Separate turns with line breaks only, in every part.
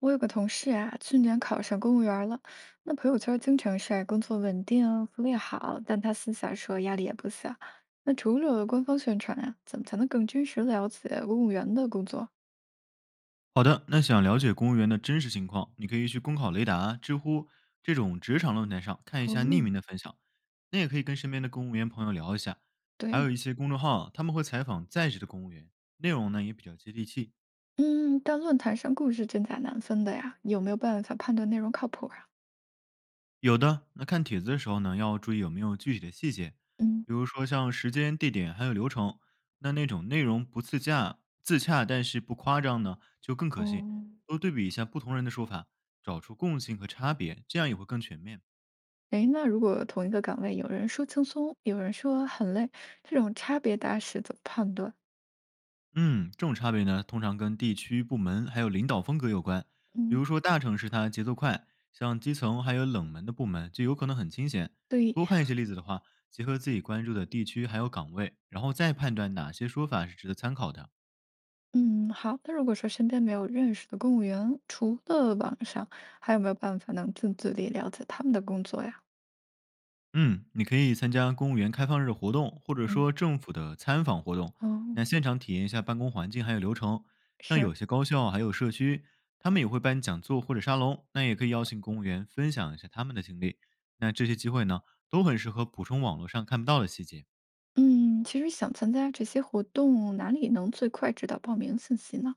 我有个同事啊，去年考上公务员儿了。那朋友圈儿经常晒工作稳定、福利好，但他私下说压力也不小。那除了官方宣传啊，怎么才能更真实了解公务员的工作？
好的，那想了解公务员的真实情况，你可以去公考雷达、知乎这种职场论坛上看一下匿
哦，
名的分享，那也可以跟身边的公务员朋友聊一下，还
对，
有一些公众号，他们会采访在职的公务员，内容呢也比较接地气。
嗯，但论坛上故事真假难分的呀，有没有办法判断内容靠谱啊？
有的，那看帖子的时候呢，要注意有没有具体的细节，
嗯，
比如说像时间、地点还有流程。那那种内容不自洽、自洽但是不夸张呢，就更可信。
哦，
多对比一下不同人的说法，找出共性和差别，这样也会更全面。
诶，那如果同一个岗位，有人说轻松，有人说很累，这种差别大是怎么判断？
嗯，这种差别呢，通常跟地区、部门还有领导风格有关。比
嗯，
如说大城市它节奏快，像基层还有冷门的部门就有可能很清闲。
对
多看一些例子的话，结合自己关注的地区还有岗位，然后再判断哪些说法是值得参考的。
嗯，好。那如果说身边没有认识的公务员，除了网上，还有没有办法能近距离了解他们的工作呀？
嗯，你可以参加公务员开放日活动，或者
嗯，
说政府的参访活动，
哦，
那现场体验一下办公环境还有流程。像
是，
有些高校还有社区，他们也会办讲座或者沙龙，那也可以邀请公务员分享一下他们的经历。那这些机会呢，都很适合补充网络上看不到的细节。
嗯，其实想参加这些活动，哪里能最快知道报名信息呢？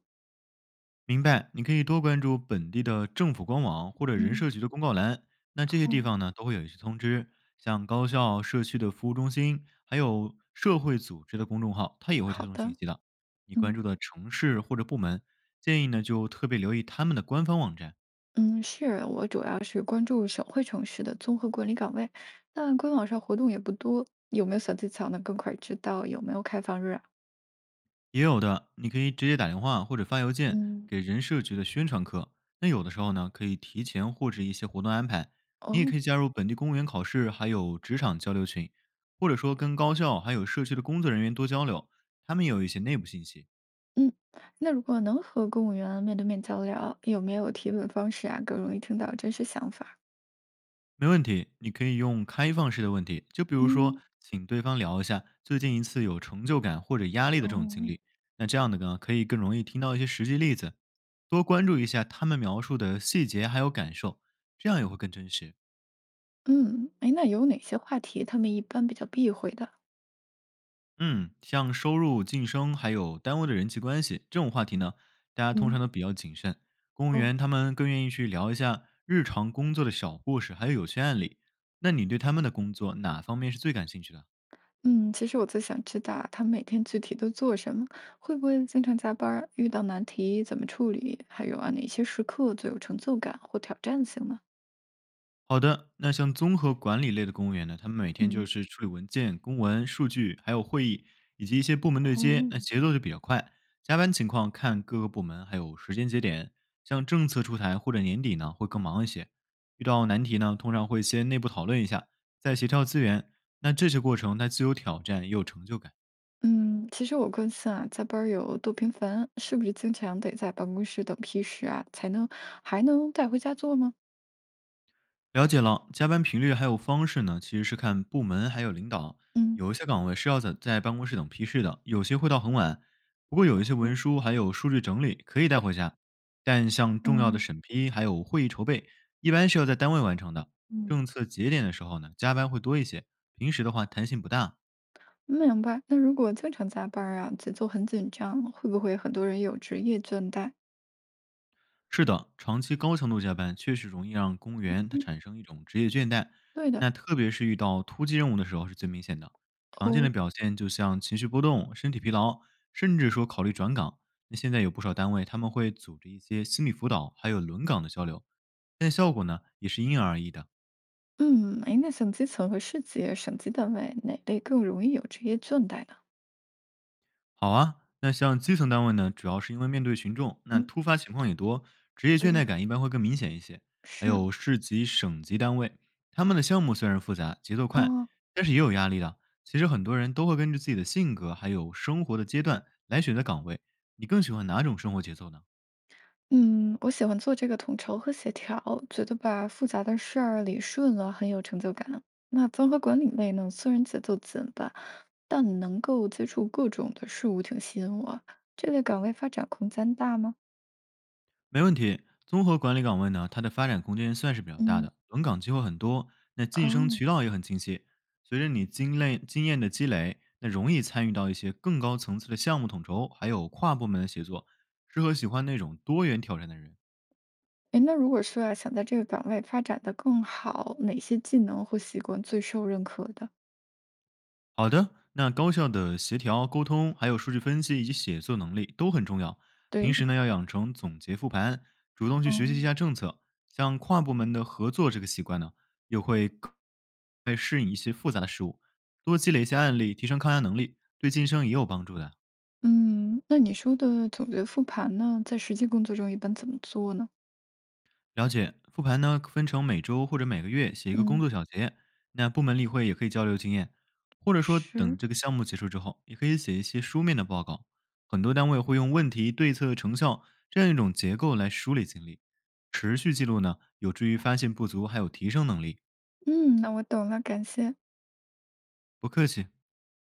明白，你可以多关注本地的政府官网或者人
嗯
社局的公告栏，那这些地
哦，
方呢都会有一些通知，像高校、社区的服务中心，还有社会组织的公众号，它也会推
好
送信
的，
息的。你关
嗯
注的城市或者部门，建议呢就特别留意他们的官方网站。
嗯，是我主要是关注省会城市的综合管理岗位，但官网上活动也不多，有没有小技巧能更快知道有没有开放日啊？
也有的，你可以直接打电话或者发邮件
嗯。
给人社局的宣传科。那有的时候呢，可以提前获知一些活动安排。你也
哦。
可以加入本地公务员考试，还有职场交流群，或者说跟高校还有社区的工作人员多交流，他们也有一些内部信息。
嗯，那如果能和公务员面对面交流，有没有提问方式啊，更容易听到真实想法儿
没问题，你可以用开放式的问题，就比如说，
嗯，
请对方聊一下最近一次有成就感或者压力的这种经
哦，
历。那这样的呢，可以更容易听到一些实际例子，多关注一下他们描述的细节还有感受，这样也会更真实。
嗯，哎，那有哪些话题他们一般比较避讳的？
嗯，像收入、晋升还有单位的人际关系这种话题呢，大家通
嗯
常都比较谨慎。公务
哦，
员他们更愿意去聊一下日常工作的小故事，还有有趣案例。那你对他们的工作哪方面是最感兴趣的？
嗯，其实我最想知道啊他们每天具体都做什么，会不会经常加班儿，遇到难题怎么处理，还有啊哪些时刻最有成就感或挑战性呢？
好的，那像综合管理类的公务员呢，他们每天就
嗯
是处理文件、公文、数据，还有会议以及一些部门对接，
哦。
那节奏就比较快。加班情况看各个部门还有时间节点，像政策出台或者年底呢会更忙一些。遇到难题呢，通常会先内部讨论一下，再协调资源。那这些过程它既有挑战也有成就感。
嗯，其实我更新啊，加班儿有多频繁，是不是经常得在办公室等批示啊，才能还能带回家做吗？
了解了，加班频率还有方式呢，其实是看部门还有领导。
嗯
有一些岗位是要在办公室等批示的，有些会到很晚。不过有一些
嗯
文书还有数据整理可以带回家，但像重要的
嗯，
审批还有会议筹备，一般是要在单位完成的。
嗯
政策节点的时候呢，加班会多一些，平时的话弹性不大。
明白。那如果经常加班儿啊，节奏很紧张，会不会很多人有职业倦怠？
是的，长期高强度加班确实容易让公务员他
嗯
产生一种职业倦怠，
对的，
那特别是遇到突击任务的时候是最明显的。常见的
哦，
表现就像情绪波动、身体疲劳，甚至说考虑转岗。那现在有不少单位他们会组织一些心理辅导，还有轮岗的交流，但效果呢也是因人而异的。
嗯，哎，那省基层和市级、省级单位，哪类更容易有职业倦怠呢？
好啊，那像基层单位呢，主要是因为面对群众，那
嗯
突发情况也多，职业倦
对呀，
怠感一般会更明显一些。还
是，
有市级、省级单位，他们的项目虽然复杂，节奏快，
哦
但是也有压力的。其实很多人都会根据自己的性格还有生活的阶段来选择岗位。你更喜欢哪种生活节奏呢？
嗯，我喜欢做这个统筹和协调，觉得把复杂的事儿理顺了很有成就感。那综合管理类呢，虽然节奏紧吧，但能够接触各种的事物，挺吸引我。这类岗位发展空间大吗？
没问题。综合管理岗位呢，它的发展空间算是比较大
嗯，
的，轮岗机会很多，那晋升
哦，
渠道也很清晰。随着你经类经验的积累，那容易参与到一些更高层次的项目统筹，还有跨部门的协作，适合喜欢那种多元挑战的人。
哎，那如果说啊，想在这个岗位发展的更好，哪些技能或习惯最受认可的？
好的，那高效的协调、沟通，还有数据分析以及写作能力都很重要。平
对，
时呢，要养成总结复盘，主动去学习一
嗯。
下政策，像跨部门的合作这个习惯呢，又会更快适应一些复杂的事物，多积累一些案例，提升抗压能力，对晋升也有帮助的。
嗯，那你说的总结复盘呢，在实际工作中一般怎么做呢？
了解，复盘呢分成每周或者每个月写一个工
嗯，
作小结，那部门例会也可以交流经验，或者说
是。
等这个项目结束之后，也可以写一些书面的报告。很多单位会用问题、对策、成效这样一种结构来梳理经历，持续记录呢，有助于发现不足，还有提升能力。
嗯，那我懂了，感谢。
不客气。